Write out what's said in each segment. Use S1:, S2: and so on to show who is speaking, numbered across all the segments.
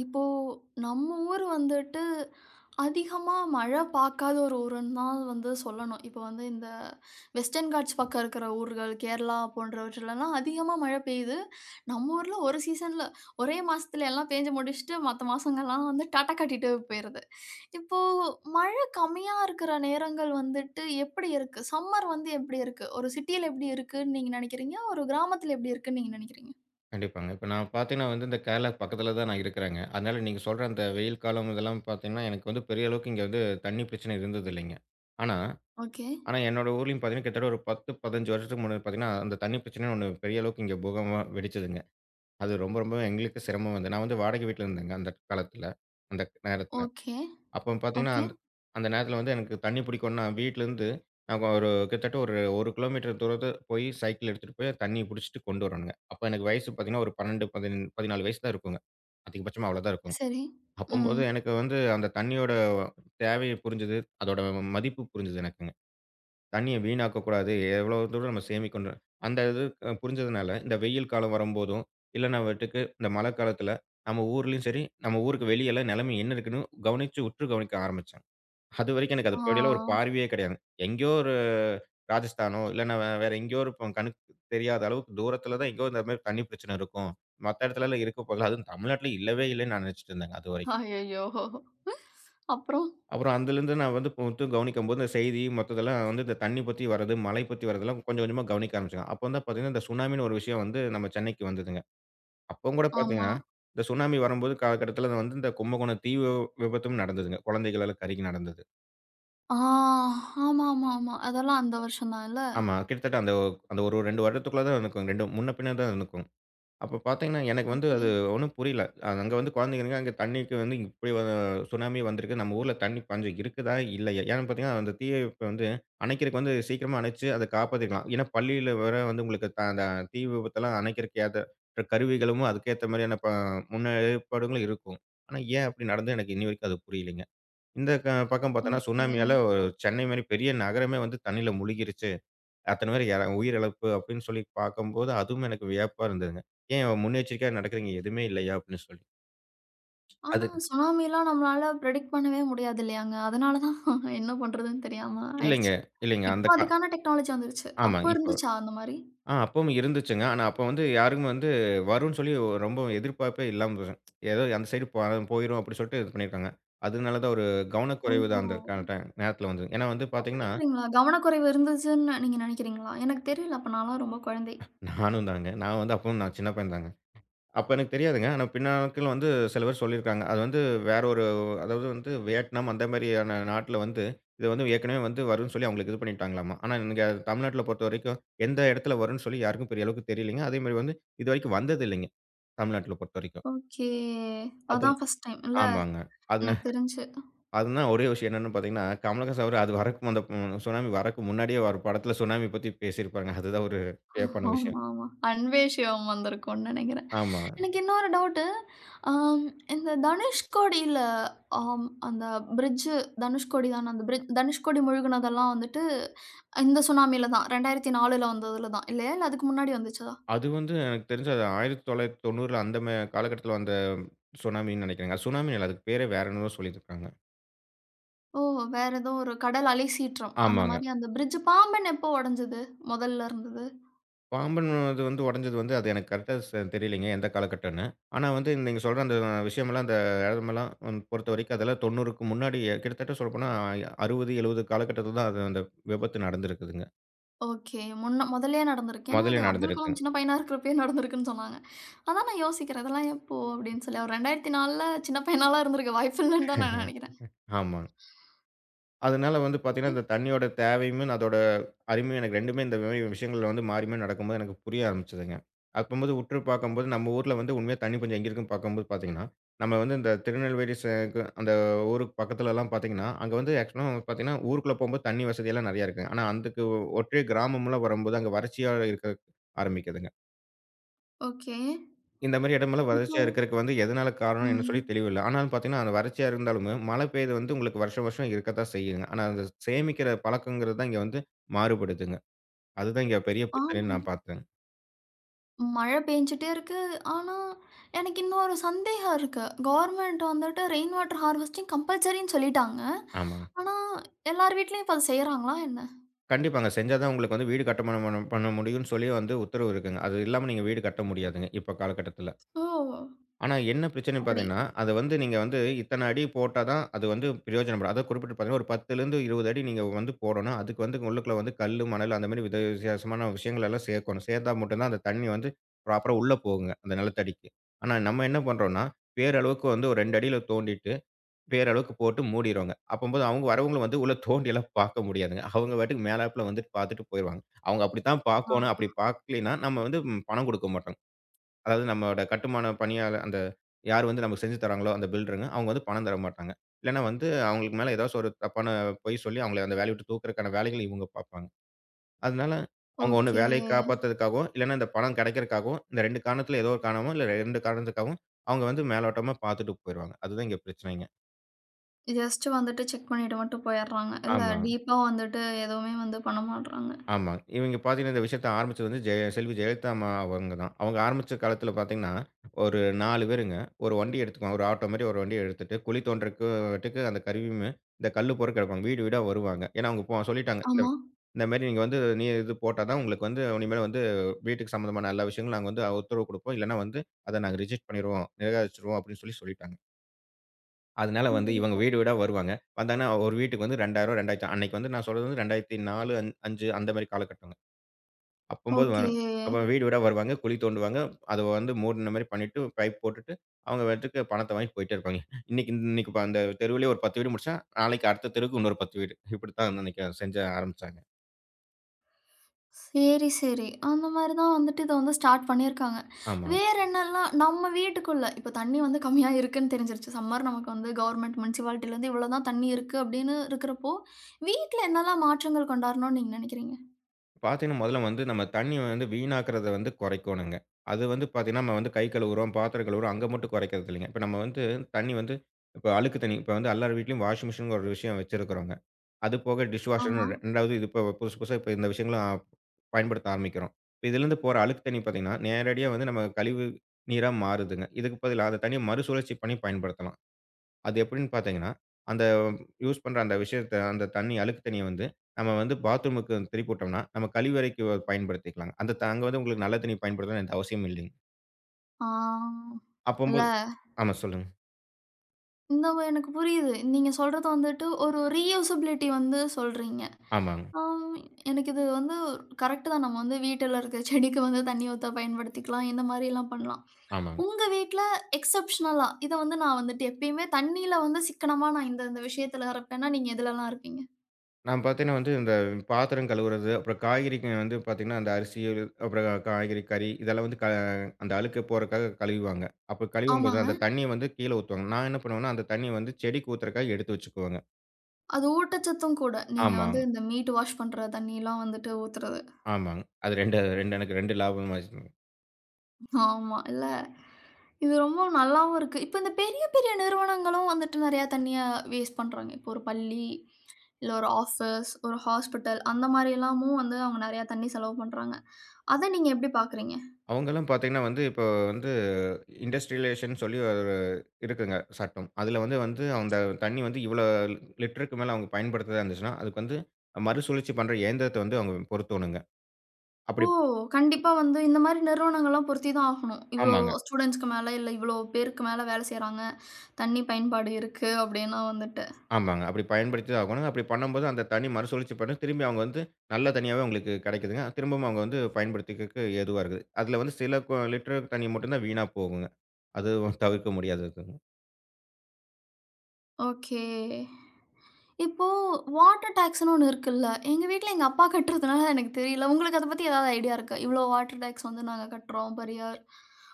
S1: இப்போ நம்ம ஊர் வந்துட்டு அதிகமா மழை பார்க்காத ஒரு ஊருன்னு தான் வந்து சொல்லணும். இப்போ வந்து இந்த வெஸ்டர்ன் காட்ஸ் பக்கம் இருக்கிற ஊர்கள், கேரளா போன்றவற்றிலலாம் அதிகமா மழை பெய்யுது. நம்ம ஊர்ல ஒரு சீசன்ல ஒரே மாசத்துல எல்லாம் பேஞ்சு முடிச்சுட்டு மத்த மாசங்கள்லாம் வந்து டாட்டா காட்டிட்டு போயிருது. இப்போ மழை கம்மியா இருக்கிற நேரங்கள் வந்துட்டு எப்படி இருக்கு? சம்மர் வந்து எப்படி இருக்கு? ஒரு சிட்டியில எப்படி இருக்குன்னு நீங்க நினைக்கிறீங்க? ஒரு கிராமத்துல எப்படி இருக்குன்னு நீங்க நினைக்கிறீங்க?
S2: கண்டிப்பாங்க. இப்ப நான் பார்த்தீங்கன்னா வந்து, இந்த கேரளாக்கு பக்கத்தில தான் நான் இருக்கிறேங்க. அதனால நீங்க சொல்ற அந்த வெயில் காலம் இதெல்லாம் பார்த்தீங்கன்னா, எனக்கு வந்து பெரிய அளவுக்கு இங்க வந்து தண்ணி பிரச்சனை இருந்தது இல்லைங்க. ஆனா
S1: ஓகே,
S2: ஆனா என்னோட ஊர்லயும் பார்த்தீங்கன்னா, கிட்டத்தட்ட ஒரு 10, 15 வருஷத்துக்கு முன்னாடி பார்த்தீங்கன்னா, அந்த தண்ணி பிரச்சனைன்னு ஒண்ணு பெரிய அளவுக்கு இங்க பூகம்பமா வெடிச்சதுங்க. அது ரொம்ப ரொம்ப எங்களுக்கு சிரமம் வந்து நான் வந்து வாடகை வீட்ல இருந்தேங்க அந்த காலத்தில, அந்த நேரத்தில.
S1: ஓகே,
S2: அப்ப பார்த்தீங்கன்னா,
S1: ஓகே.
S2: அந்த அந்த நேரத்தில வந்து எனக்கு தண்ணி பிடிக்கும்ன்னா, வீட்லருந்து நாங்க ஒரு கிட்டத்தட்ட ஒரு 1 கிலோமீட்டர் தூரத்த போய் சைக்கிள் எடுத்துட்டு போய் தண்ணீய புடிச்சுட்டு கொண்டு வரணுங்க. அப்ப எனக்கு வயசு பார்த்தீங்கன்னா, ஒரு 12, 10 14 வயசு தான் இருக்குங்க. அதிகபட்சமா அவ்வளோதான் இருக்கும்.
S1: சரி. ம்.
S2: அப்பம்போது எனக்கு வந்து அந்த தண்ணியோட தேவைய புரிஞ்சது. அதோட மதிப்பு புரிஞ்சது எனக்குங்க. தண்ணிய வீணாக்கக்கூடாது. எவ்வளோ தூரம் நம்ம சேமிக்கணும். அந்த இது புரிஞ்சதுனால, இந்த வெயில் காலம் வரும்போதும், இல்லன்னா வட்டுக்கு இந்த மழை காலத்தில நம்ம ஊர்லயும் சரி, நம்ம ஊருக்கு வெளியலாம் நிலைமை என்ன இருக்குன்னு கவனிச்சு உற்று கவனிக்க ஆரம்பிச்சேன். அதுவரைக்கும் எனக்கு அது பத்தியெல்லாம் ஒரு
S1: ஆ.
S2: பார்வையே கிடையாது. எங்கேயோ ஒரு ராஜஸ்தானோ, இல்லன்னா வேற எங்கேயோ ஒரு கண்ணுக்கு தெரியாத அளவுக்கு தூரத்தில தான் எங்கேயோ இந்த மாரி தண்ணி பிரச்சனை இருக்கும். மத்த இடத்துலலாம் இருக்க போதில்ல. அதுவும் தமிழ்நாட்ல இல்லவே இல்லன்னு நான் நினைச்சுட்டு இருந்தேங்க அதுவரைக்கும்.
S1: அய்யய்யோ! அப்புறம்?
S2: அப்புறம் அதுலேருந்து நான் வந்து புத்து கவனிக்கும்போது, இந்த செய்தி மொத்ததெல்லாம் வந்து இந்த தண்ணி பத்தி வரது, மழை பத்தி வரதெல்லாம் கொஞ்சம் கொஞ்சமா கவனிக்க ஆரம்பிச்சேங்க. அப்ப வந்து பார்த்தீங்கன்னா, இந்த சுனாமின்னு ஒரு விஷயம் வந்து நம்ம சென்னைக்கு வந்ததுங்க. அப்பவும் கூட
S1: ஆமா.
S2: பார்த்தீங்கன்னா, இந்த சுனாமி வரும்போது காலகட்டத்தில வந்து இந்த கும்பகோணம் தீ விபத்தும் நடந்ததுங்க. குழந்தைகள் எல்லாம் கருகி நடந்தது.
S1: ஆ ஆமாமாமா. அதெல்லாம் அந்த வருஷம் தான் இல்ல?
S2: ஆமா. கிட்டத்தட்ட அந்த அந்த ஒரு 2 வருடத்துக்குள்ள தான் இருக்கும். 2 முன்ன பின்ன தான் இருக்கும். அப்ப பார்த்தீங்கன்னா, எனக்கு வந்து
S1: ஓகே,
S2: அது ஒண்ணும் புரியல. அங்க வந்து குழந்தைங்க அங்க தண்ணிக்கு வந்து இப்படி சுனாமி வந்திருக்கு. நம்ம ஊர்ல தண்ணி பஞ்சம் இருக்குதா? இல்லையா? ஏன்னு பார்த்தீங்கன்னா, அந்த தீய விபத்த வந்து அணைக்கிறதுக்கு வந்து சீக்கிரமா அணைச்சு அத காப்பாத்திருக்கலாம். ஏன்னா பள்ளியில வேற வந்து உங்களுக்கு அந்த தீ விபத்தெல்லாம் அணைக்கிறதுக்கு ஏற்ற கருவிகளும் அதுக்கேத்த மாதிரியான முன்ன ஏற்பாடுகளும் இருக்கும். ஆனா ஏன் அப்படி நடந்தது எனக்கு இன்னி வரைக்கும் அது புரியலைங்க. இந்த பக்கம் பார்த்தோம்னா
S1: ஓகே.
S2: சுனாமியால சென்னை மாரி பெரிய நகரமே வந்து தண்ணியில முழுகிருச்சு. அத்தன பேர் எற உயிரிழப்பு அப்படின்னு சொல்லி பார்க்கும்போது, அதுவும் எனக்கு வியப்பா இருந்ததுங்க. "ஏன் முன்னெச்சரிக்கையா நடக்குறீங்க எதுவுமே இல்லையா?" அப்படின்னு சொல்லி.
S1: ஆனா
S2: அதுக்கு
S1: சுனாமிலாம் நம்மளால பிரெடிக்ட் பண்ணவே முடியாது இல்லையாங்க? அதனால தான் என்ன பண்றதுன்னு தெரியாம
S2: இல்லைங்க,
S1: ஆயிருச்சு.
S2: இல்லைங்க.
S1: இப்ப
S2: அந்த
S1: அதுக்கான டெக்னாலஜி வந்துருச்சு. அப்ப
S2: ஆமாங்க. இப்போ
S1: இருந்துச்சா அந்த மாரி?
S2: ஆ அப்பவும் இருந்துச்சுங்க. ஆனா அப்ப வந்து யாருக்குமே வந்து வரும்ன்னு சொல்லி ரொம்ப எதிர்பார்ப்பே இல்லாம போச்சுங்க. ஏதோ அந்த சைடு போயிரும் அப்படி சொல்லிட்டு இது பண்ணியிருக்காங்க. அதனால தான் ஒரு
S1: ஓ!
S2: கவனக்குறைவு தான் அந்த கா டை நேரத்தில வந்தது. ஏன்னா வந்து பார்த்தீங்கன்னா,
S1: அப்படிங்கிறீங்களா? கவனக்குறைவு இருந்துச்சுன்னு நீங்க நினைக்கிறீங்களா? எனக்கு தெரியல. அப்ப நான்லாம் ரொம்ப குழந்தை.
S2: நானும் தாங்க. நான் வந்து அப்பவும் நான் சின்ன பையன் தாங்க. அப்ப எனக்கு தெரியாதுங்க. ஆனா பின்னாட்கள் வந்து சில பேர் சொல்லியிருக்காங்க. அது வந்து வேற ஒரு அதாவது வந்து வியட்நாம் அந்த மாரியான நாட்ல வந்து, இது வந்து ஏற்கனவே வந்து வரும்ன்னு சொல்லி அவங்களுக்கு இது பண்ணிட்டாங்களாமா. ஆனா இங்க தமிழ்நாட்ல பொறுத்தவரைக்கும், எந்த இடத்துல வரும்ன்னு சொல்லி யாருக்கும் பெரிய அளவுக்கு தெரியலைங்க. அதேமாரி வந்து இதுவரைக்கும் வந்தது இல்லைங்க. தமிழ்நாட்ல பொறுத்தவரைக்கும்.
S1: ஓகே.
S2: அது
S1: அதான் ஃபர்ஸ்ட் டைம் இல்ல?
S2: ஆமாங்க. அது
S1: எனக்கு தெரிஞ்சு.
S2: அதுதான் ஒரே விஷயம் என்னன்னு பார்த்தீங்கன்னா, கமலஹாசன் அவரு அது வரக்கும் அந்த ம் சுனாமி வரக்கு முன்னாடியே ஒரு படத்துல சுனாமி பத்தி பேசியிருப்பாருங்க. அதுதான் ஒரு வியப்பான விஷயம்.
S1: ஆமாமா. அன்வேஷியம் வந்திருக்கும்னு நினைக்கிறேன்.
S2: ஆமா.
S1: எனக்கு இன்னொரு டவுட்டு. ஆம் இந்த தனுஷ்கோடியில ஆம் அந்த பிரிட்ஜு தனுஷ்கோடி தான அந்த பிரிட்ஜ் தனுஷ்கோடி முழுகுனதெல்லாம் வந்துட்டு இந்த சுனாமில தான் 2004ல வந்ததுல தான் இல்லையா? இல்ல அதுக்கு முன்னாடி வந்துச்சா?
S2: அது வந்து எனக்கு தெரிஞ்சு அது 1990ல அந்த மே காலகட்டத்துல வந்த சுனாமின்னு நெனைக்கிறேங்க. சுனாமின்னு இல்ல. அதுக்கு பேரே வேற என்னமோ சொல்லிட்டுருக்காங்க.
S1: ஓ! வேற ஏதோ ஒரு கடல் அலை சீற்றம். அந்த
S2: ஆமாங்க.
S1: மாரி அந்த பிரிட்ஜ் பாம்பன் எப்போ உடைஞ்சது? மொதல்ல இருந்தது?
S2: பாம்பன் இது வந்து உடைஞ்சது வந்து அது எனக்கு கரெக்ட்டா தெரியலைங்க எந்த காலகட்டம்ன்னு. ஆனா வந்து நீங்க சொல்ற அந்த விஷயமெல்லாம், அந்த இடமெல்லாம் பொறுத்தவரைக்கும் அதெல்லாம் 90க்கு முன்னாடி கிட்டத்தட்ட சொல்லப்போனா 60, 70 காலகட்டத்தில தான் அது அந்த விபத்து நடந்திருக்குதுங்க.
S1: ஓகே. முன்ன மொதல்லயே நடந்திருக்கு. ஏன்னா அது
S2: முதல்ல
S1: அப்துல்
S2: நடந்திருக்கு.
S1: கலாம் சின்ன பையனா இருக்கிறப்பயே நடந்திருக்குன்னு சொன்னாங்க. அதான் நான் யோசிக்கிறேன். இதெல்லாம் எப்போ? அப்படின்னு சொல்லி. அவர் 2004ல சின்ன பையனாலாம் இருந்திருக்க வாய்ப்பு இல்லன்னு தான் நான் நெனைக்கிறேன்.
S2: ஆமாங்க. அதனால வந்து
S1: எ
S2: பார்த்தீங்கன்னா, இந்த தண்ணியோட தேவையும், அதோட அருமையும் எனக்கு 2மே இந்த மாரி விஷயங்கள்ல வந்து மாறி மாறி நடக்கும்போது எனக்கு புரிய ஆரம்பிச்சதுங்க. அப்பம்போது உற்று பார்க்கும்போது, நம்ம ஊர்ல வந்து உண்மையா தண்ணி பஞ்சம் எங்க இருக்குன்னு பார்க்கும்போது பார்த்தீங்கன்னா, நம்ம வந்து இந்த திருநெல்வேலி ச கு அந்த ஊருக்கு பக்கத்துலலாம் பார்த்தீங்கன்னா, அங்க வந்து ஆக்சுவலா பார்த்தீங்கன்னா, ஊருக்குள்ள போம்போது தண்ணி வசதியெல்லாம் நெறையா இருக்குங்க. ஆனா, அதுக்கு ஒற்றை கிராமம்லாம் வரும்போது, அங்க வறட்சியா இருக்க ஆரம்பிக்குதுங்க.
S1: ஓகே.
S2: இந்த மாரி இடமெல்லாம்
S1: இப்போ
S2: வறட்சியா இருக்கிறதுக்கு வந்து எதனால காரணம்னு சொல்லி
S1: ம்.
S2: தெளிவில்ல. ஆனாலும் பார்த்தீங்கன்னா, அந்த வறட்சியா இருந்தாலுமே மழை பெய்யுது வந்து உங்களுக்கு வருஷம், வருஷம் இருக்கத்தான் செய்யுங்க. ஆனா, அந்த சேமிக்கிற பழக்கங்கிறது தான் இங்க வந்து மாறுபடுதுங்க. அதுதான் இங்க பெரிய பிரச்சனைன்னு
S1: ஆமாம்.
S2: நான் பார்த்தேன்.
S1: மழை பேஞ்சுட்டே இருக்கு. ஆனா, எனக்கு இன்னொரு சந்தேகம் இருக்கு. கவர்மெண்ட் வந்துட்டு ரெயின் வாட்டர் ஹார்வெஸ்டிங் கம்பல்சரின்னு சொல்லிட்டாங்க.
S2: ஆமாங்க.
S1: ஆனா, எல்லார் வீட்லயும் இப்ப அத செய்றாங்களா என்ன?
S2: கண்டிப்பாங்க. செஞ்சா தான் உங்களுக்கு வந்து வீடு கட்டுமானம் பண்ண பண்ண முடியும்னு சொல்லி வந்து உத்தரவு இருக்குங்க. அது இல்லாம நீங்க வீடு கட்ட முடியாதுங்க, இப்ப காலகட்டத்தில.
S1: ஓ!
S2: ஆனா என்ன பிரச்சனைன்னு
S1: அப்படி.
S2: பார்த்தீங்கன்னா, அத வந்து நீங்க வந்து இத்தன அடி போட்டா தான் அது வந்து பிரயோஜனப்படும். அதாவது குறிப்பிட்டு பார்த்தீங்கன்னா, ஒரு 10லேருந்து 20 அடி நீங்க வந்து போடணும். அதுக்கு வந்து உள்ளுக்குள்ள வந்து கல்லு, மணல் அந்த மாரி வித வித்தியாசமான விஷயங்கள் எல்லாம் சேர்க்கணும். சேர்த்தா மட்டும் தான் அந்த தண்ணி வந்து ப்ராப்பரா உள்ள போகுங்க, அந்த நிலத்தடிக்கு. ஆனா நம்ம என்ன பண்றோம்னா, பேரளவுக்கு வந்து ஒரு 2 அடியில தோண்டிட்டு, பேரளவுக்கு போட்டு மூடிருவோங்க. அப்பம்போது அவங்க வரவங்களும் வந்து உள்ள தோண்டியெல்லாம் பார்க்க முடியாதுங்க. அவங்க பாட்டுக்கு மேலாப்புல வந்துட்டு பார்த்துட்டு போயிருவாங்க. அவங்க அப்படித்தான்
S1: ஆ.
S2: பார்க்கோணும். அப்படி பார்க்கலைன்னா, நம்ம வந்து ம் பணம் குடுக்க மாட்டோங்க. அதாவது நம்மளோட கட்டுமான பணியாளர் அந்த யார் வந்து நமக்கு செஞ்சு தராங்களோ அந்த பில்டருங்க, அவங்க வந்து பணம் தர மாட்டாங்க. இல்லன்னா வந்து அவங்களுக்கு மேல ஏதாச்சும் ஒரு தப்பான பொய் சொல்லி அவங்கள அந்த வேலைய விட்டு தூக்குறக்கான வேலைகள இவங்க பார்ப்பாங்க. அதனால அவங்க ஒண்ணு
S1: ஓகே.
S2: வேலைய காப்பாத்துறதுக்காகவோ, இல்லன்னா இந்த பணம் கிடைக்கிறக்காகவோ, இந்த 2 காரணத்துல ஏதோ ஒரு காரணமோ, இல்ல 2 காரணத்துக்காகவும் அவங்க வந்து மேலோட்டமா பார்த்துட்டு போயிருவாங்க. அதுதான் இங்க பிரச்சனைங்க.
S1: ஜஸ்ட் வந்துட்டு செக் பண்ணிட்டு மட்டும் போயிர்றாங்க. இல்ல
S2: ஆமா.
S1: டீப்பா வந்துட்டு எதுவுமே வந்து பண்ண மாட்றாங்க.
S2: ஆமா. இவங்க பார்த்தீங்கன்னா, இந்த விஷயத்த ஆரம்பிச்சது வந்து ஜெய செல்வி ஜெயலலிதா அம்மா அவங்க தான். அவங்க ஆரம்பிச்ச காலத்தில பார்த்தீங்கன்னா, ஒரு 4 பேருங்க. ஒரு வண்டி எடுத்துக்குவாங்க. ஒரு ஆட்டோ மாரி ஒரு வண்டிய எடுத்துட்டு, குழி தோண்டுறக்கு வாட்டுக்கு அந்த கருவியுமே, இந்த கல்லு பொற கிடப்பாங்க. வீடு வீடா வருவாங்க. ஏன்னா, அவங்க போ சொல்லிட்டாங்க. இந்த
S1: ஆமா.
S2: இந்த மாரி நீங்க வந்து நீ இது போட்டா தான் உங்களுக்கு வந்து இனிமேல் வந்து வீட்டுக்கு சம்மந்தமான எல்லா விஷயங்களும் நாங்க வந்து உத்தரவு குடுப்போம். இல்லன்னா வந்து அத நாங்க ரிஜெக்ட் பண்ணிருவோம். நிராகரிச்சுருவோம் அப்படின்னு சொல்லி சொல்லிட்டாங்க. அதனால வந்து
S1: ம்.
S2: இவங்க வீடு வீடா வருவாங்க. வந்தாங்கன்னா ஒரு வீட்டுக்கு வந்து ரூ. 2000 ரூ. 2000 அன்னைக்கு வந்து நான் சொல்றது வந்து 2004 அஞ் 5 அந்த மாரி காலகட்டங்க. அப்பம்போது
S1: ஓகே.
S2: வரும். அப்ப வீடு வீடா வருவாங்க. குழி தோண்டுவாங்க. அத வந்து மூடுன மாரி பண்ணிட்டு, பைப் போட்டுட்டு, அவங்க பாட்டுக்கு பணத்த வாங்கி போயிட்டே இருப்பாங்க. இன்னைக்கு இன்னைக்கு அந்த தெருவிலேயே ஒரு 10 வீடு முடிச்சா, நாளைக்கு அடுத்த தெருவுக்கு இன்னொரு 10 வீடு. இப்படித்தான் அன்னைக்கு செஞ்ச ஆரம்பிச்சாங்க.
S1: சரி, சரி. அந்த மாரி தான் வந்துட்டு இத வந்து ஸ்டார்ட் பண்ணியிருக்காங்க.
S2: ஆமா.
S1: வேற என்னலாம் நம்ம வீட்டுக்குள்ள இப்ப தண்ணி வந்து கம்மியா இருக்குன்னு தெரிஞ்சிருச்சு. சம்மர் நமக்கு வந்து கவர்மெண்ட் முனிசிபாலிட்டிலேருந்து இவ்வளோ தான் தண்ணி இருக்கு அப்படின்னு இருக்கிறப்போ, வீட்ல என்னலாம் மாற்றங்கள் கொண்டாரணும்னு நீங்க நினைக்கிறீங்க?
S2: பார்த்தீங்கன்னா, முதல்ல வந்து நம்ம தண்ணி வந்து வீணாக்குறத வந்து குறைக்கோணுங்க. அது வந்து பார்த்தீங்கன்னா, நம்ம வந்து கை கழுவுறோம், பாத்திரம் கழுவுறோம், அங்க மட்டும் குறைக்கிறது இல்லைங்க. இப்ப நம்ம வந்து தண்ணி வந்து இப்ப அழுக்கு தண்ணி இப்ப வந்து எல்லார் வீட்லயும் வாஷிங் மிஷின் ஒரு விஷயம் வச்சிருக்கிறோங்க. அது போக டிஷ் வாஷர்ன்னு
S1: ஆமா.
S2: 2வது இது இப்ப புதுசு புதுசா இப்ப இந்த விஷயங்களும் ஆ, பயன்படுத்த ஆரம்பிக்கிறோம். இதிலிருந்து போற அழுக்கு தண்ணி பார்த்தீங்கன்னா, நேரடியா வந்து நம்ம கழிவு நீரா மாறுதுங்க. இதுக்கு பதிலா அந்த தண்ணிய மறுசுழற்சி பண்ணி பயன்படுத்தலாம். அது எப்படின்னு பார்த்தீங்கன்னா, அந்த யூஸ் பண்ற அந்த விஷயத்த அந்த தண்ணி, அழுக்கு தண்ணீய வந்து நம்ம வந்து பாத்ரூமுக்கு திருப்பி விட்டோம்னா, நம்ம கழிவறைக்கு பயன்படுத்திக்கலாங்க. அந்த அங்க வந்து உங்களுக்கு நல்ல தண்ணீ பயன்படுத்தணும்னு எந்த அவசியமும் இல்லைங்க.
S1: ஆ. இல்ல
S2: அப்பம்போது ஆமா சொல்லுங்க.
S1: இந்த வ எனக்கு புரியுது. நீங்க சொல்றது வந்துட்டு ஒரு ரீயூசபிலிட்டி வந்து சொல்றீங்க.
S2: ஆமாங்க,
S1: ஆம் எனக்கு இது வந்து கரெக்ட் தான். நம்ம வந்து வீட்டில இருக்க செடிக்கு வந்து தண்ணி ஊத்த பயன்படுத்திக்கலாம். இந்த மாரிலாம் பண்ணலாம்.
S2: ஆமாங்க.
S1: உங்க வீட்ல எக்செப்ஷனலா இத வந்து நான் வந்துட்டு எப்பயுமே தண்ணீல வந்து சிக்கனமா நான் இந்த இந்த விஷயத்துல இருப்பேன்னா, நீங்க எதுலலாம் இருப்பீங்க?
S2: நான் பார்த்தீங்கன்னா வந்து இந்த பாத்திரம் கழுவுறது, அப்புறம் காய்கறிக்கு வந்து பார்த்தீங்கன்னா, அந்த அரிசி, அப்புறம் காய்கறி, கறி இதெல்லாம் வந்து அந்த அழுக்கு போறக்காக கழுவுவாங்க. அப்ப கழுவும்போது
S1: ஆமாங்க.
S2: அந்த தண்ணீய வந்து கீழ ஊத்துவாங்க. நான் என்ன பண்ணுவேன்னா, அந்த தண்ணீய வந்து செடிக்கு ஊத்துறக்காக எடுத்து வச்சுக்குவேங்க.
S1: அது ஊட்டச்சத்தும் கூட. நீங்க வந்து
S2: ஆமாங்க,
S1: இந்த மீட் வாஷ் பண்ற தண்ணிலாம் வந்துட்டு ஊத்துறது.
S2: ஆமாங்க. அது 2 எனக்கு 2 லாபமாச்சு.
S1: ஆமா. இது இது ரொம்ப நல்லாவும் இருக்கு. இப்ப இந்த பெரிய, பெரிய நிறுவனங்களும் வந்துட்டு நெறையா தண்ணிய வேஸ்ட் பண்றாங்க. இப்போ ஒரு பள்ளி, இல்ல ஒரு ஆஃபீஸ், ஒரு ஹாஸ்பிட்டல் அந்த மாரி எல்லாமும் வந்து அவங்க நெறையா தண்ணி செலவு பண்றாங்க. அத நீங்க எப்படி பார்க்குறீங்க?
S2: அவங்களும் பார்த்தீங்கன்னா வந்து, இப்போ வந்து இண்டஸ்ட்ரியலைசேஷன் சொல்லி ஒரு இருக்குங்க சட்டம். அதில வந்து வந்து அந்த தண்ணி வந்து இவ்வளோ லிட்டருக்கு மேல அவங்க பயன்படுத்துறதா இருந்துச்சுன்னா, அதுக்கு வந்து மறுசுழற்சி பண்ற இயந்திரத்த வந்து அவங்க பொருத்தணுங்க.
S1: ஓ!
S2: அப்படி
S1: கண்டிப்பா வந்து இந்த மாரி நிறுவனங்கள்லாம் பொருத்தி தான் ஆகணும். இவ்ளோ
S2: ஆமாங்க,
S1: ஸ்டூடண்ட்ஸ்க்கு மேல, இல்ல இவ்ளோ பேருக்கு மேல வேலை செய்றாங்க. தண்ணி பயன்பாடு இருக்கு அப்படின்னா வந்துட்டு.
S2: ஆமாங்க. அப்படி பயன்படுத்தி தான் ஆகணுங்க. அப்படி பண்ணும்போது அந்த தண்ணி மறுசுழற்சி பண்ணி திரும்பி அவங்க வந்து நல்ல தண்ணியாவே அவங்களுக்கு கிடைக்குதுங்க. திரும்பவும் அவங்க வந்து பயன்படுத்திக்கிறதுக்கு ஏதுவா இருக்குது. அதில வந்து சில லிட்டர் தண்ணி மட்டும் தான் வீணா போகுங்க. அது தவிர்க்க முடியாததுங்க.
S1: ஓகே. இப்போ வாட்டர் டாக்ஸ்ன்னு ஒண்ணு இருக்குல்ல. எங்க வீட்ல எங்க அப்பா கட்டுறதுனால எனக்கு தெரியல. உங்களுக்கு அத பத்தி ஏதாவது ஐடியா இருக்கா? இவ்ளோ வாட்டர் டாக்ஸ் வந்து நாங்க கட்டுறோம் பெர் இயர்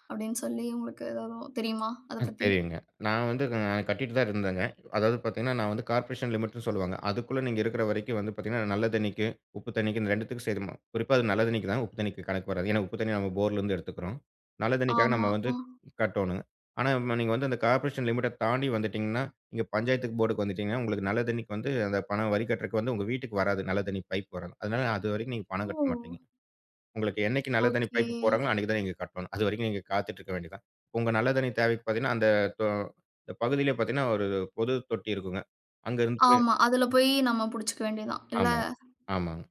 S1: அப்படின்னு சொல்லி உங்களுக்கு ஏதாவது தெரியுமா அத
S2: அ
S1: பத்தி?
S2: தெரியுங்க. நான் வந்து அ கட்டிட்டு தான் இருந்தேங்க. அதாவது பார்த்தீங்கன்னா, நான் வந்து கார்ப்பரேஷன் லிமிட்ன்னு சொல்லுவாங்க. அதுக்குள்ள நீங்க இருக்கிற வரைக்கும் வந்து பார்த்தீங்கன்னா, நல்ல தண்ணீக்கு, உப்பு தண்ணீக்கு இந்த 2த்துக்கும் சேருமா குறிப்பா அது நல்ல தண்ணீக்கு தான். உப்பு தண்ணீக்கு கணக்கு வராது. ஏன்னா, உப்பு தண்ணீ நம்ம போர்லருந்து எடுத்துக்கிறோம். நல்ல தண்ணீக்காக
S1: ஆமா.
S2: நம்ம வந்து
S1: ஆ.
S2: கட்டோணுங்க. ஆனா, ம நீங்க வந்து அந்த கார்ப்பரேஷன் லிமிட்ட தாண்டி வந்துட்டீங்கன்னா, நீங்க பஞ்சாயத்துக்கு போர்டுக்கு வந்துட்டீங்கன்னா, உங்களுக்கு நல்ல தண்ணீக்கு வந்து அந்த பணம் வரி கட்டுறக்கு வந்து உங்க வீட்டுக்கு வராது. நல்ல தண்ணீ பைப் வராது. அதனால அதுவரைக்கும் நீங்க
S1: ஓ!
S2: பணம் கட்ட மாட்டீங்க. உங்களுக்கு என்னைக்கு நல்ல தண்ணீ
S1: ஓகே.
S2: பைப் போடுறாங்களோ, அன்னைக்கு தான் நீங்க கட்டணும். அதுவரைக்கும் நீங்க காத்துட்டு இருக்க வேண்டியது தான். உங்க நல்ல தண்ணீ தேவைக்கு பார்த்தீங்கன்னா, அந்த தொ இந்த பகுதியிலே பார்த்தீங்கன்னா, ஒரு பொது தொட்டி இருக்குங்க. அங்க இருந்து போய்-
S1: ஆமா. அதுல போய் நம்ம புடிச்சுக்க வேண்டியதுதான். இல்ல
S2: ஆமா, ஆமாங்க.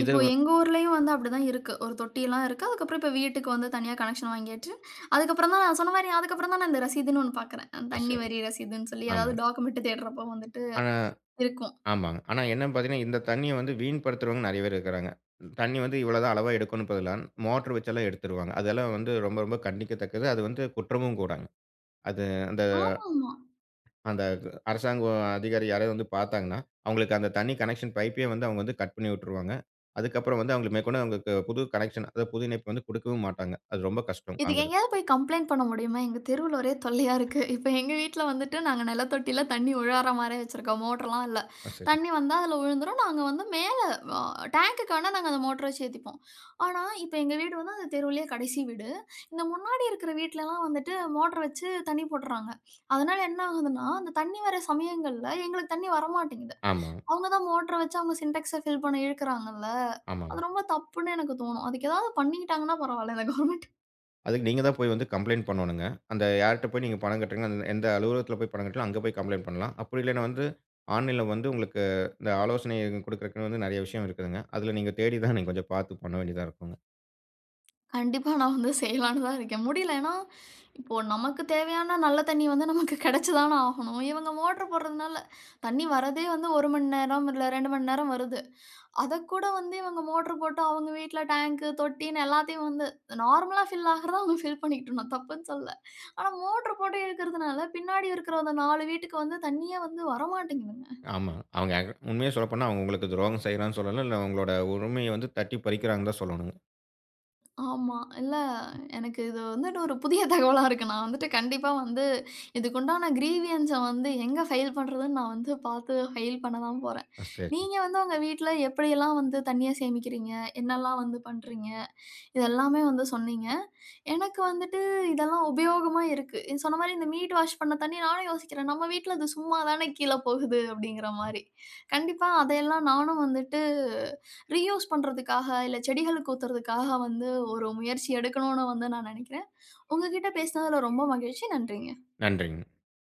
S2: இது
S1: இப்போ எங்க ஊர்லயும் வந்து அப்படிதான் இருக்கு. ஒரு தொட்டிலாம் இருக்கு. அதுக்கப்புறம் இப்ப வீட்டுக்கு வந்து தனியா கனெக்ஷன் வாங்கியாச்சு. அதுக்கப்புறம் தான் நான் சொன்ன மாரி அதுக்கப்புறம் தான் நான் இந்த ரசீதுன்னு ஒண்ணு பாக்குறேன்.
S2: அ
S1: தண்ணி
S2: சரி.
S1: வரி ரசீதுன்னு சொல்லி ஏதாவது
S2: ஆமாங்க.
S1: டாக்குமெண்ட் தேடுறப்போ வந்துட்டு
S2: ஆனா
S1: இருக்கும்.
S2: ஆமாங்க. ஆனா என்னன்னு பார்த்தீங்கன்னா, இந்த தண்ணீய வந்து வீண்படுத்துறவங்க நெறைய பேர் இருக்கிறாங்க. தண்ணீ வந்து இவ்வளோதான் அளவா எடுக்கணும் பதிலா மோட்டர் வச்செல்லாம் எடுத்துருவாங்க. அதெல்லாம் வந்து ரொம்ப ரொம்ப கண்டிக்கத்தக்கது. அது வந்து குற்றமும் கூடங்க. அது அந்த
S1: ஆமாமா.
S2: அந்த அரசாங்க அதிகாரி யாராவது வந்து பார்த்தாங்கன்னா, அவங்களுக்கு அந்த தண்ணி கனெக்ஷன் பைப்பே வந்து அவங்க வந்து கட் பண்ணி விட்டுருவாங்க. அதுக்கப்புறம் வந்து அவங்களுக்கு மேற்கொண்டு அவங்களுக்கு புது கனெக்ஷன், அதாவது புது இணைப்பு வந்து குடுக்கவும் மாட்டாங்க. அது ரொம்ப கஷ்டம்
S1: இதுக்கு
S2: வாங்குறது.
S1: எங்கேயாவது போய் கம்ப்ளைண்ட் பண்ண முடியுமா? எங்க தெருவுல ஒரே தொல்லையா இருக்கு. இப்ப எங்க வீட்ல வந்துட்டு நாங்க நிலத்தொட்டியில தண்ணி உழார மாரி வச்சிருக்கோம். மோட்டர்லாம் இல்ல.
S2: ஆ சரி.
S1: தண்ணி வந்தா அதில விழுந்துரும். நாங்க வந்து மேல அ டேங்குக்கு வேணா நாங்க அந்த மோட்டர வச்சு ஏத்திப்போம். ஆனா, இப்ப எங்க வீடு வந்து அந்த தெருவுலயே கடைசி வீடு. இந்த முன்னாடி இருக்கிற வீட்லலாம் வந்துட்டு மோட்டர் வச்சு தண்ணி போட்டுறாங்க. அதனால என்ன ஆகுதுன்னா, அந்த தண்ணி வர சமயங்கள்ல எங்களுக்கு தண்ணி வரமாட்டேங்குது.
S2: ஆமா,
S1: அவங்க தான் மோட்டர வச்சு அவங்க சின்டாக்ஸ ஃபில் பண்ண இழுக்குறாங்கல்ல. அது
S2: ஆமாங்க.
S1: ரொம்ப தப்புன்னு எனக்கு தோணும். அதுக்கு ஏதாவது பண்ணிக்கிட்டாங்கன்னா பரவால்ல. இந்த கவர்மெண்ட்
S2: அதுக்கு நீங்க தான் போய் வந்து கம்ப்ளைண்ட் பண்ணணுங்க. அந்த யார்ட்ட போய் நீங்க பணம் கட்டுறீங்களோ, அந்த எந்த அலுவலகத்தில போய் பணம் கட்டுறீங்களோ, அங்க போய் கம்ப்ளைண்ட் பண்ணலாம். அப்படி இல்லன்னா வந்து ஆன்லைன்ல வந்து உங்களுக்கு இந்த ஆலோசனை குடுக்குறதுக்குன்னு வந்து நெறைய விஷயம் இருக்குதுங்க. அதில நீங்க தேடி தான் நீங்க கொஞ்சம் பார்த்து பண்ண வேண்டியதா இருக்கும்.
S1: கண்டிப்பா நான் வந்து செய்யலான்னு தான் இருக்கேன். முடியல. ஏன்னா, இப்போ நமக்கு தேவையான நல்ல தண்ணி வந்து நமக்கு கிடைச்சு தான ஆகணும். இவங்க மோட்டர் போடுறதுனால, தண்ணி வரதே வந்து 1 மணி நேரம், இல்ல 2 மணி நேரம் வருது. அதக்கூட வந்து இவங்க மோட்டர் போட்டு அவங்க வீட்ல டேங்க்கு, தொட்டின்னு எல்லாத்தையும் வந்து நார்மலா ஃபில் ஆகுறத அவங்க ஃபில் பண்ணிக்கிட்டு நான் தப்புன்னு சொல்லல. ஆனா மோட்டர் போட்டு இழுக்கிறதுனால, பின்னாடி இருக்கிற அந்த 4 வீட்டுக்கு வந்து தண்ணியே வந்து வரமாட்டேங்குதுங்க.
S2: ஆமா. அவங்க உண்மைய சொல்லப்போனா, அவங்க உங்களுக்கு துரோகம் செய்றான்னு சொல்லலாம். இல்ல உங்களோட உரிமைய வந்து தட்டி பறிக்கிறாங்கன்னு தான் சொல்லணுங்க.
S1: ஆமா. இல்ல எனக்கு இது வந்துட்டு ஒரு புதிய தகவலா இருக்கு. நான் வந்துட்டு கண்டிப்பா வந்து இதுக்குண்டான கிரீவியன்ஸ வந்து எங்க ஃபைல் பண்றதுன்னு நான் வந்து பார்த்து ஃபைல் பண்ண தான் போறேன்.
S2: ஆ, சரி.
S1: நீங்க வந்து உங்க வீட்ல எப்படியெல்லாம் வந்து தண்ணீய சேமிக்கிறீங்க? என்னெல்லாம் வந்து பண்றீங்க? இது எல்லாமே வந்து சொன்னீங்க. எனக்கு வந்துட்டு இதெல்லாம் உபயோகமா இருக்கு. நீங்க சொன்ன மாரி இந்த மீட் வாஷ் பண்ண தண்ணீ நானும் யோசிக்கிறேன். நம்ம வீட்ல அது சும்மா தானே கீழ போகுது அப்படிங்கிற மாரி. கண்டிப்பா அதையெல்லாம் நானும் வந்துட்டு ரீயூஸ் பண்றதுக்காக, இல்ல செடிகளுக்கு ஊத்துறதுக்காக வந்து ஒரு முயற்சி எடுக்கணும்னு வந்து நான் நெனைக்கிறேன். உங்ககிட்ட பேசினதுல ரொம்ப மகிழ்ச்சி. நன்றிங்க.
S2: நன்றிங்க.